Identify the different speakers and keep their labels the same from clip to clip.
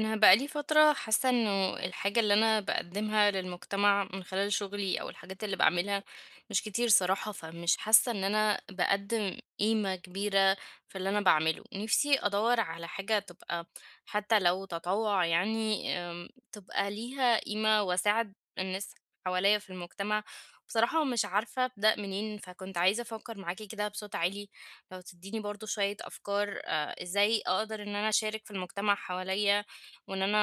Speaker 1: أنا بقى لي فترة حاسة إنه الحاجة اللي أنا باقدّمها للمجتمع من خلال شغلي أو الحاجات اللي باعملها مش كتير صراحة، فمش حاسة إن أنا باقدّم قيمة كبيرة في اللي أنا باعمله. نِفْسي أدوّر على حاجة تبقى حتى لو تطوُّع، يعني تبقى ليها قيمة واساعد الناس حواليّا في المجتمع. بصراحة مش عارفة أبدأ منين، فكنت عايزة أفكّر معاكِ كده بصوت عالي، لو تدّيني برضه شوية أفكار إزاي أقدر إن أنا أشارك في المجتمع حواليّا، وإن أنا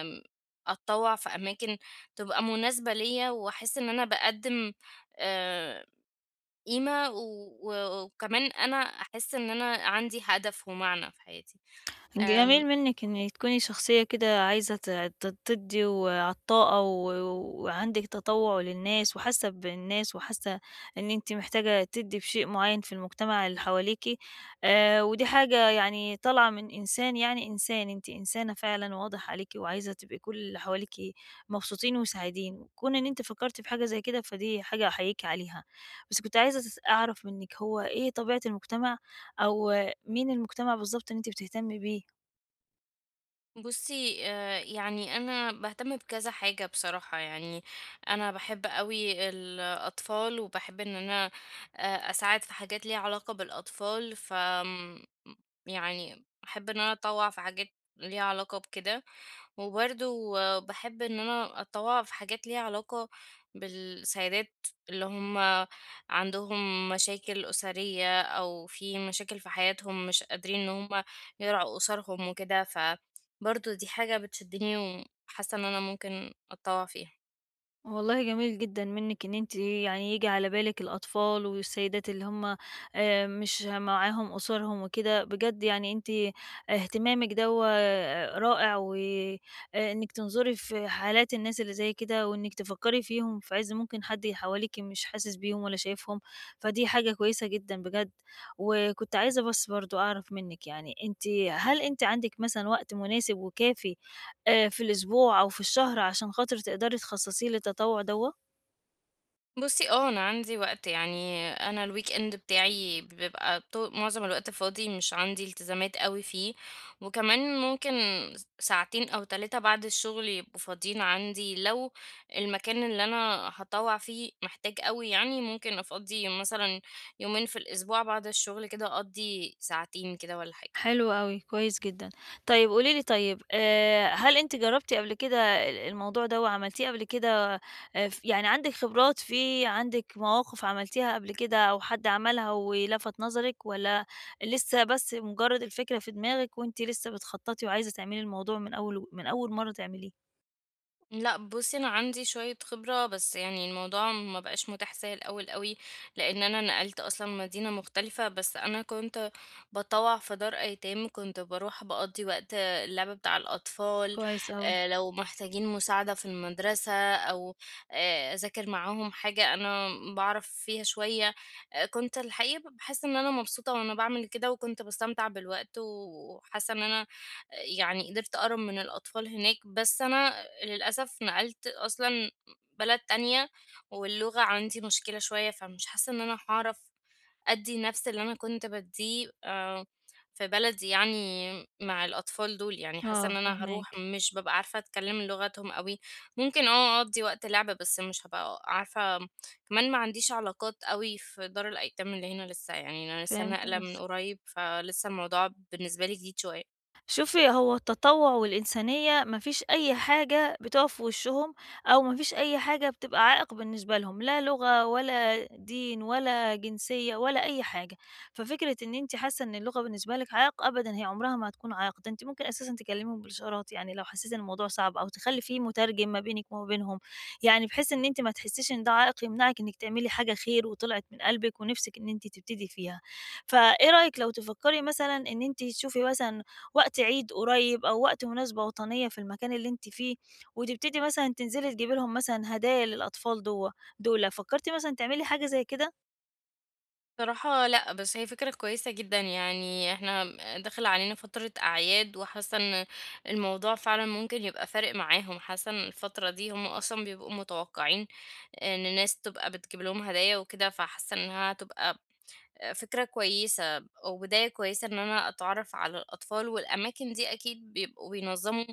Speaker 1: آمم أتطوّع في أماكن تبقى مناسبة ليّا وأحس إن أنا باقدّم آآ قيمة وكمان أنا أحس إن أنا عندي هدف ومعنى في حياتي. آمم
Speaker 2: جميل منِّك إن تكوني شخصية كده عايزة ت ت تدّي وعطّاءة و وعندِك تطوُّع للناس وحاسة بالناس وحاسة إن أنتِ محتاجة تدّي بشيء معيّن في المجتمع اللي حواليكِ، ودي حاجة طالعة من إنسان، يعني إنسان، أنتِ إنسانة فعلًا واضح عليكِ وعايزة تبقي كل اللي حواليكِ مبسوطين وسعيدين. كون إن أنتِ فكّرتِ في حاجة زي كده فدي حاجة أحييكِ عليها، بس كنت عايزة أعرف منِّك، هو إيه طبيعة المجتمع أو آه، مين المجتمع بالضبط اللي أنتِ بتهتمي بيه؟
Speaker 1: بُصّي، يعني أنا باهتم بكذا حاجة بصراحة. يعني أنا باحب أوي الأطفال، وباحب إن أنا أساعد في حاجات ليها علاقة بالأطفال، ف يعني أحب إن أنا أتطوّع في حاجات ليها علاقة بكده، وبرضه باحب إن أنا أتطوّع في حاجات ليها علاقة بالسيدات اللي هم عندهم مشاكل أسرية أو في مشاكل في حياتهم، مش قادرين إن هم يرعوا أسرهم وكده، ف برضه دي حاجة بتشدني وحاسة ان انا ممكن اتطوع فيها.
Speaker 2: والله جميل جدًا منِّك إن أنتِ ييجي على بالِك الأطفال والسيدات اللي هم مش معاهم أسرهم وكده، بجد يعني أنتِ اهتمامِك دوّة رائع، و إنِّك تنظري في حالات الناس اللي زي كده، وإنِّك تفكّري فيهم في عِز ممكن حد حواليكِ مش حاسس بيهم ولا شايفهم. فدي حاجة كويسة جدًا بجد. وكنت عايزة بس برضه أعرف منِّك، يعني أنتِ هل أنتِ عندِك مثلًا وقت مناسب وكافي في الأسبوع أو في الشهر عشان خاطر تقدري تخصصيه للتطوع دوّة؟
Speaker 1: بصي، اه، انا عندي وقت، يعني انا الويك اند بتاعي بيبقى معظم الوقت فاضي، مش عندي التزامات قوي فيه، وكمان ممكن ساعتين او 3 بعد الشغل يبقوا فاضيين عندي، لو المكان اللي انا هطوع فيه محتاج قوي، يعني ممكن افضي مثلا يومين في الاسبوع، بعد الشغل كده اقضي ساعتين كده ولا حاجة.
Speaker 2: حلو أوي، كويس جدًا. طيب قولي لي، طيب هل أنتِ جرّبتِ قبل كده الموضوع دوّة، عملتيه قبل كده؟ ف يعني عندِك خبرات فيه، عندِك مواقف عملتيها قبل كده أو حد عملها ولفت نظرِك، والّا لسه بس مجرّد الفكرة في دماغِك وأنتِ لسه بتخطّطي وعايزة تعملي الموضوع من أول مرّة تعمليه؟
Speaker 1: لأ بُصّي، أنا عندي شوية خبرة، بس يعني الموضوع ما بقاش متاح زي الأول أوي، لإن أنا نقلت أصلًا مدينة مختلفة، بس أنا كنت باتطوّع في دار أيتام، كنت باروح باقضّي وقت اللعب بتاع الأطفال،
Speaker 2: كويس أوي.
Speaker 1: لو محتاجين مساعدة في المدرسة، أو أذاكر معاهم حاجة أنا باعرف فيها شوية. كنت الحقيقة باحس إن أنا مبسوطة وأنا باعمل كده، وكنت باستمتع بالوقت وحاسة إن أنا يعني قدرت أقرب من الأطفال هناك. بس أنا للأسف نقلت أصلًا بلد تانية، واللغة عندي مشكلة شوية، فمش حاسة إن أنا هاعرف أدّي نفس اللي أنا كنت بادّيه في بلدي، يعني مع الأطفال دول. يعني حاسة
Speaker 2: آه
Speaker 1: إن أنا هاروح
Speaker 2: فاهماكِ،
Speaker 1: مش بابقى عارفة أتكلم لغتهم أوي، ممكن أقضّي وقت لعب، بس مش هابقى عارفة. كمان ما عنديش علاقات أوي في دار الأيتام اللي هنا لسه، يعني أنا لسه
Speaker 2: فهمت
Speaker 1: ناقلة من
Speaker 2: قصدِك.
Speaker 1: قريب، فلسه الموضوع بالنسبة لي جديد شوية.
Speaker 2: شوفي، هو التطوع والإنسانية ما فيش أي حاجة بتقف في وشهم أو ما فيش أي حاجة بتبقى عائق بالنسبة لهم، لا لغة ولا دين ولا جنسية ولا أي حاجة. ففكرة إن أنت حاسة إن اللغة بالنسبة لك عائق، أبدا هي عمرها ما هتكون عائق. ده أنت ممكن أساسا تكلمهم بالإشارات، يعني لو حسيتي إن الموضوع صعب، أو تخلي فيه مترجم ما بينك وما بينهم، يعني بحيث إن أنت ما تحسيش إن ده عائق يمنعك إنك تعملي حاجة خير وطلعت من قلبك ونفسك إن أنت تبتدي فيها. فإيه رأيك لو تفكري مثلا إن أنت تشوفي مثلا وقت عيد قريب أو وقت مناسبة وطنية في المكان اللي أنتِ فيه، وتبتدي مثلًا تنزلي تجيبي لهم مثلًا هدايا للأطفال دوّة دُولة؟ فكرتِ مثلًا تعملي حاجة زي كده؟
Speaker 1: صراحة لأ، بس هي فكرة كويسة جدًا، يعني إحنا داخل علينا فترة أعياد، وحاسة إن الموضوع فعلًا ممكن يبقى فارق معاهم. حاسة إن الفترة دي هم أصلًا بيبقوا متوقعين إن الناس تبقى بتجيب لهم هدايا وكده، فحاسة إنها هتبقى فكرة كويسة، وبداية كويسة إن أنا أتعرف على الأطفال، والأماكن دي أكيد بيبقوا بينظموا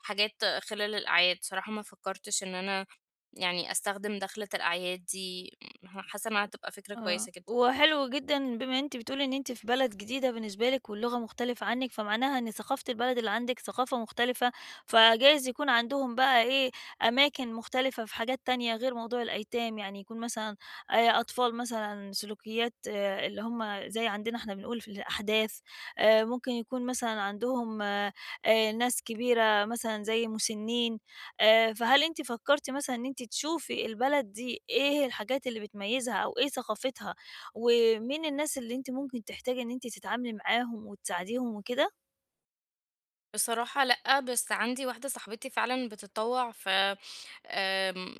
Speaker 1: حاجات خلال الأعياد. صراحة ما فكرتش إن أنا يعني أستخدم دخلة الأعياد دي، حاسة إنها هتبقى فكرة
Speaker 2: آه،
Speaker 1: كويسة جدًا.
Speaker 2: وحلو جدًا بما أنتِ بتقولي إن أنتِ في بلد جديدة بالنسبة لِك واللغة مختلفة عنِّك، فمعناها إن ثقافة البلد اللي عندِك ثقافة مختلفة، فجايز يكون عندهم بقى إيه، أماكن مختلفة في حاجات تانية غير موضوع الأيتام، يعني يكون مثلًا أطفال مثلًا سلوكيات آه، اللي هم زي عندنا إحنا بنقول في الأحداث، ممكن يكون مثلًا عندهم ناس كبيرة مثلًا زي مُسنّين. فهل أنتِ فكرتِ مثلًا إن أنتِ تشوفي البلد دي إيه الحاجات اللي بتميزها أو إيه ثقافتها، ومين الناس اللي أنتِ ممكن تحتاجي إن أنتِ تتعاملي معاهم وتساعديهم وكده؟
Speaker 1: بصراحة لأ، بس عندي واحدة صاحبتي فعلًا بتتطوّع في آمم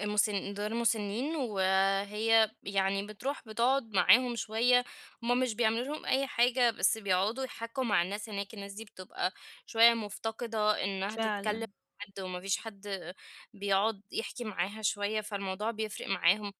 Speaker 1: دار مسنّين، وهي يعني بتروح بتقعد معاهم شوية. هُم مش بيعملوا لهم أي حاجة، بس بيقعدوا يحَكّوا مع الناس هناك. الناس دي بتبقى شوية مفتقدة إنها تتكلّم مع
Speaker 2: فعلًا.
Speaker 1: حد، وما فيش حد بيقعد يحكي معاها شوية، فالموضوع بيفرق معاهم.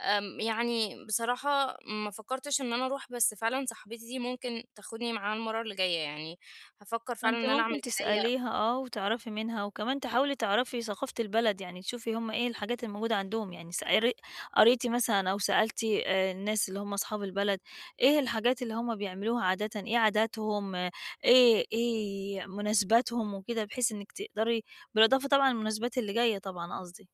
Speaker 1: يعني بصراحة ما فكّرتش إن أنا أروح، بس فعلًا صاحبتي دي ممكن تاخدني معاها المَرّة اللي جاية، يعني هافكّر فعلًا إن
Speaker 2: أنتِ
Speaker 1: أنا أعمل
Speaker 2: ممكن
Speaker 1: كده. هي
Speaker 2: تسأليها آه، وتعرفي منها، وكمان تحاولي تعرفي ثقافة البلد، يعني تشوفي هُم إيه الحاجات الموجودة عندهم، يعني س قري قريتِ مثلًا أو سألتِ الناس اللي هُم أصحاب البلد، إيه الحاجات اللي هُم بيعملوها عادةً، إيه عاداتهم، آه، إيه مناسباتهم وكده، بحيث إنِّك تقدري، بالإضافة طبعًا للمناسبات اللي جاية طبعًا قصدي.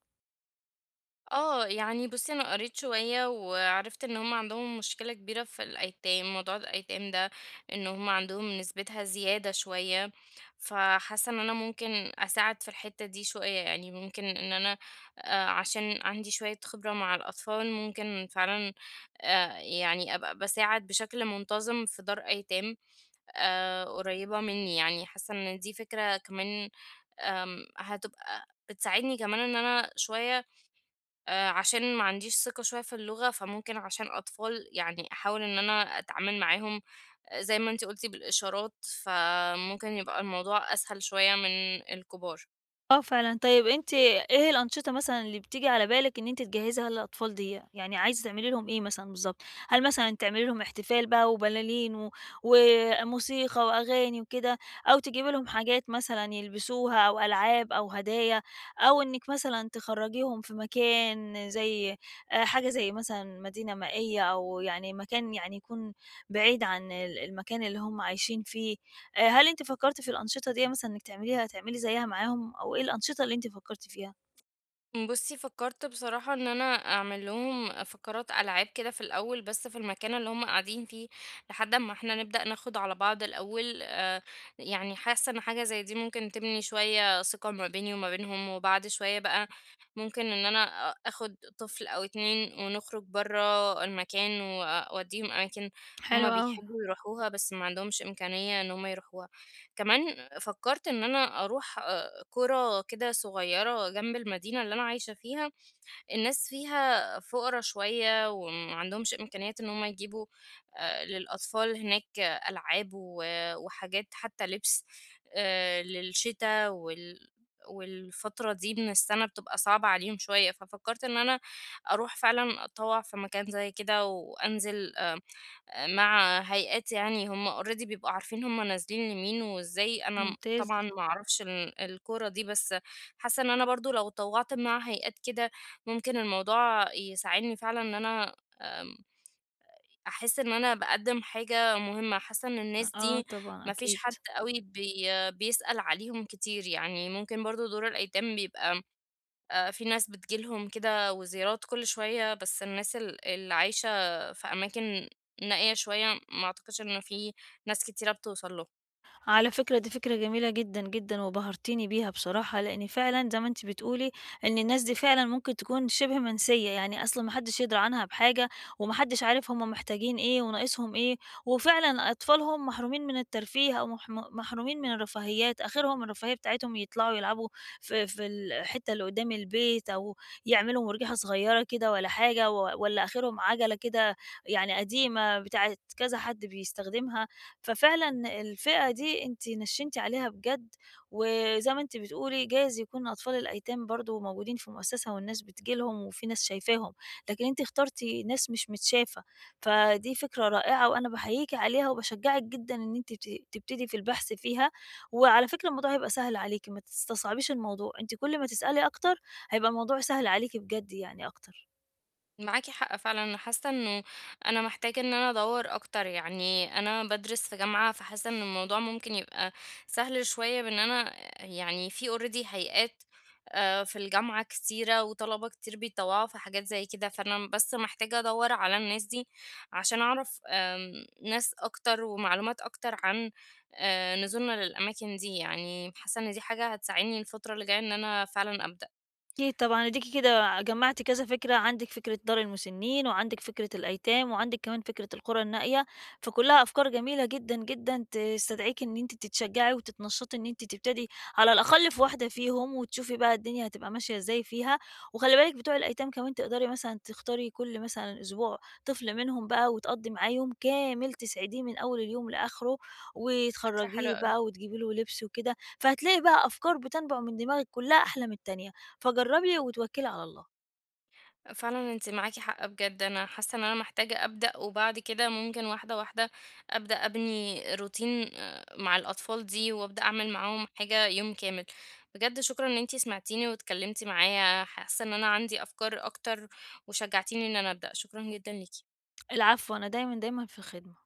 Speaker 1: آه، يعني بُصّي أنا قريت شوية وعرفت إن هُم عندهم مشكلة كبيرة في الأيتام، موضوع الأيتام ده إن هُم عندهم نسبتها زيادة شوية، فحاسة إن أنا ممكن أساعد في الحتّة دي شوية. يعني ممكن إن أنا عشان عندي شوية خبرة مع الأطفال، ممكن فعلًا يعني أبقى باساعد بشكل منتظم في دار أيتام قريّبة منّي، يعني حاسة إن دي فكرة كمان هتبقى بتساعدني كمان إن أنا شوية عشان ما عنديش ثقة شوية في اللغة، فممكن عشان أطفال يعني أحاول إن أنا أتعامل معاهم زي ما أنتِ قُلتِ بالإشارات، فممكن يبقى الموضوع أسهل شوية من الكبار.
Speaker 2: آه فعلًا، طيب أنتِ إيه الأنشطة مثلًا اللي بتيجي على بالِك إن أنتِ تجهّزيها للأطفال ديّة؟ يعني عايزة تعملي لهم إيه مثلًا بالضبط؟ هل مثلًا تعملي لهم احتفال بقى وبلالين وموسيقى وأغاني وكده، أو تجيبي لهم حاجات مثلًا يلبسوها أو ألعاب أو هدايا، أو إنِّك مثلًا تخرّجيهم في مكان زي حاجة زي مثلًا مدينة مائية، أو يعني مكان يعني يكون بعيد عن المكان اللي هم عايشين فيه؟ هل أنتِ فكرتِ في الأنشطة ديّة مثلًا إنِّك تعمليها تعملي زيّها معاهم، أو إيه الأنشطة اللي أنتِ فكرتِ فيها؟
Speaker 1: بُصّي، فكّرت بصراحة إن أنا أعمل لهم فقرات ألعاب كده في الأول، بس في المكان اللي هم قاعدين فيه، لحد أمّا إحنا نبدأ ناخد على بعض الأول. يعني حاسة إن حاجة زي دي ممكن تبني شوية ثقة ما بيني وما بينهم، وبعد شوية بقى ممكن إن أنا آخد طفل أو 2 ونخرج برّه المكان، وأودّيهم أماكن
Speaker 2: حلو
Speaker 1: هم
Speaker 2: أوي.
Speaker 1: بيحبوا يروحوها، بس ما عندهمش إمكانية إن هم يروحوها. كمان فكّرت إن أنا أروح قرى كده صغيرة جنب المدينة اللي أنا عايشة فيها، الناس فيها فُقرا شوية وما عندهمش إمكانيات إن هم يجيبوا للأطفال هناك ألعاب وحاجات، حتى لبس للشتا والفترة دي من السَنة بتبقى صعبة عليهم شوية. ففكّرت إن أنا أروح فعلًا أتطوّع في مكان زي كده وأنزل مع هيئات، يعني هم already بيبقوا عارفين هم نازلين لمين وإزاي. أنا
Speaker 2: ممتاز.
Speaker 1: طبعًا ما أعرفش الكورة دي، بس حاسة إن أنا برضه لو اتطوّعت مع هيئات كده، ممكن الموضوع يساعدني فعلًا إن أنا آمم، أحس إن أنا باقدّم حاجة مهمة. حاسة إن الناس
Speaker 2: آه
Speaker 1: دي
Speaker 2: طبعًا
Speaker 1: ما فيش
Speaker 2: أكيد.
Speaker 1: حد أوي بيسأل عليهم كتير، يعني ممكن برضه دور الأيتام بيبقى في ناس بتيجي لهم كده وزيارات كل شوية، بس الناس اللي عايشة في أماكن نائية شوية ما أعتقدش إن في ناس كتيرة بتوصل لهم.
Speaker 2: على فكرة دي فكرة جميلة جدًا، جدًا، وبهرتيني بيها بصراحة، لإن فعلًا زي ما أنتِ بتقولي إن الناس دي فعلًا ممكن تكون شِبه منسية، يعني أصلًا ما حدش يدري عنها بحاجة، وما حدش عارف هم محتاجين إيه وناقصهم إيه، وفعلًا أطفالهم محرومين من الترفيه أو محرومين من الرفاهيات. آخرهم الرفاهية بتاعتهم يطلعوا يلعبوا في الحتة اللي قدام البيت، أو يعملوا مُرجحة صغيرة كده والّا حاجة، والّا آخرهم عَجَلة كده يعني قديمة بتاعة كذا حد بيستخدمها. ففعلًا الفئة دي أنتِ نشّنتِ عليها بجد، وزي ما أنتِ بتقولي جايز يكون أطفال الأيتام برضه موجودين في مؤسسة والناس بتيجي لهم وفي ناس شايفاهم، لكن أنتِ اخترتِ ناس مش متشافة، فدي فكرة رائعة وأنا باحييكِ عليها وباشجعِك جدًا إن أنتِ تبتدي في البحث فيها. وعلى فكرة الموضوع هيبقى سهل عليكِ، ما تستصعبيش الموضوع، أنتِ كل ما تسألي أكتر هيبقى الموضوع سهل عليكِ بجد يعني أكتر.
Speaker 1: معاكي حق فعلا، انا حاسه انه انا محتاجه ان انا ادور اكتر، يعني انا بدرس في جامعه، فحاسه ان الموضوع ممكن يبقى سهل شويه بان انا يعني في اوريدي هيئات في الجامعه كتيره وطلبه كتير بيتطوعوا في حاجات زي كده، فانا بس محتاجه ادور على الناس دي عشان اعرف ناس اكتر ومعلومات اكتر عن نزولنا للاماكن دي. يعني حاسه ان دي حاجه هتساعدني الفتره اللي جايه ان انا فعلا ابدا.
Speaker 2: أكيد طبعًا. أديكِ كده جمّعتِ كذا فكرة، عندِك فكرة دار المسنّين، وعندِك فكرة الأيتام، وعندِك كمان فكرة القرى النائية، فكلّها أفكار جميلة جدًا، جدًا تستدعيكِ إن أنتِ تتشجّعي وتتنشّطي إن أنتِ تبتدي على الأقل في واحدة فيهم، وتشوفي بقى الدنيا هتبقى ماشية إزاي فيها. وخلّي بالِك بتوع الأيتام كمان تقدري مثلًا تختاري كل مثلًا أسبوع طفل منهم بقى وتقضّي معاه يوم كامل، تسعديه من أول اليوم لآخره،
Speaker 1: فكرة
Speaker 2: وتخرّجيه
Speaker 1: حلوة.
Speaker 2: بقى وتجيبي له لبس وكده، فهتلاقي بقى أفكار بتنبُع من دماغِك كلّها أحلى من التانية. فجرّبي وتوكّلي على الله.
Speaker 1: فعلًا أنتِ معاكِ حق بجد، أنا حاسة إن أنا محتاجة أبدأ، وبعد كده ممكن واحدة واحدة أبدأ أبني روتين مع الأطفال دي، وأبدأ أعمل معاهم حاجة يوم كامل. بجد شكرًا إن أنتِ سمعتيني واتكلمتِ معايا، حاسة إن أنا عندي أفكار أكتر وشجعتيني إن أنا أبدأ، شكرًا جدًا ليكِ.
Speaker 2: العفو، أنا دايمًا، دايمًا في الخدمة.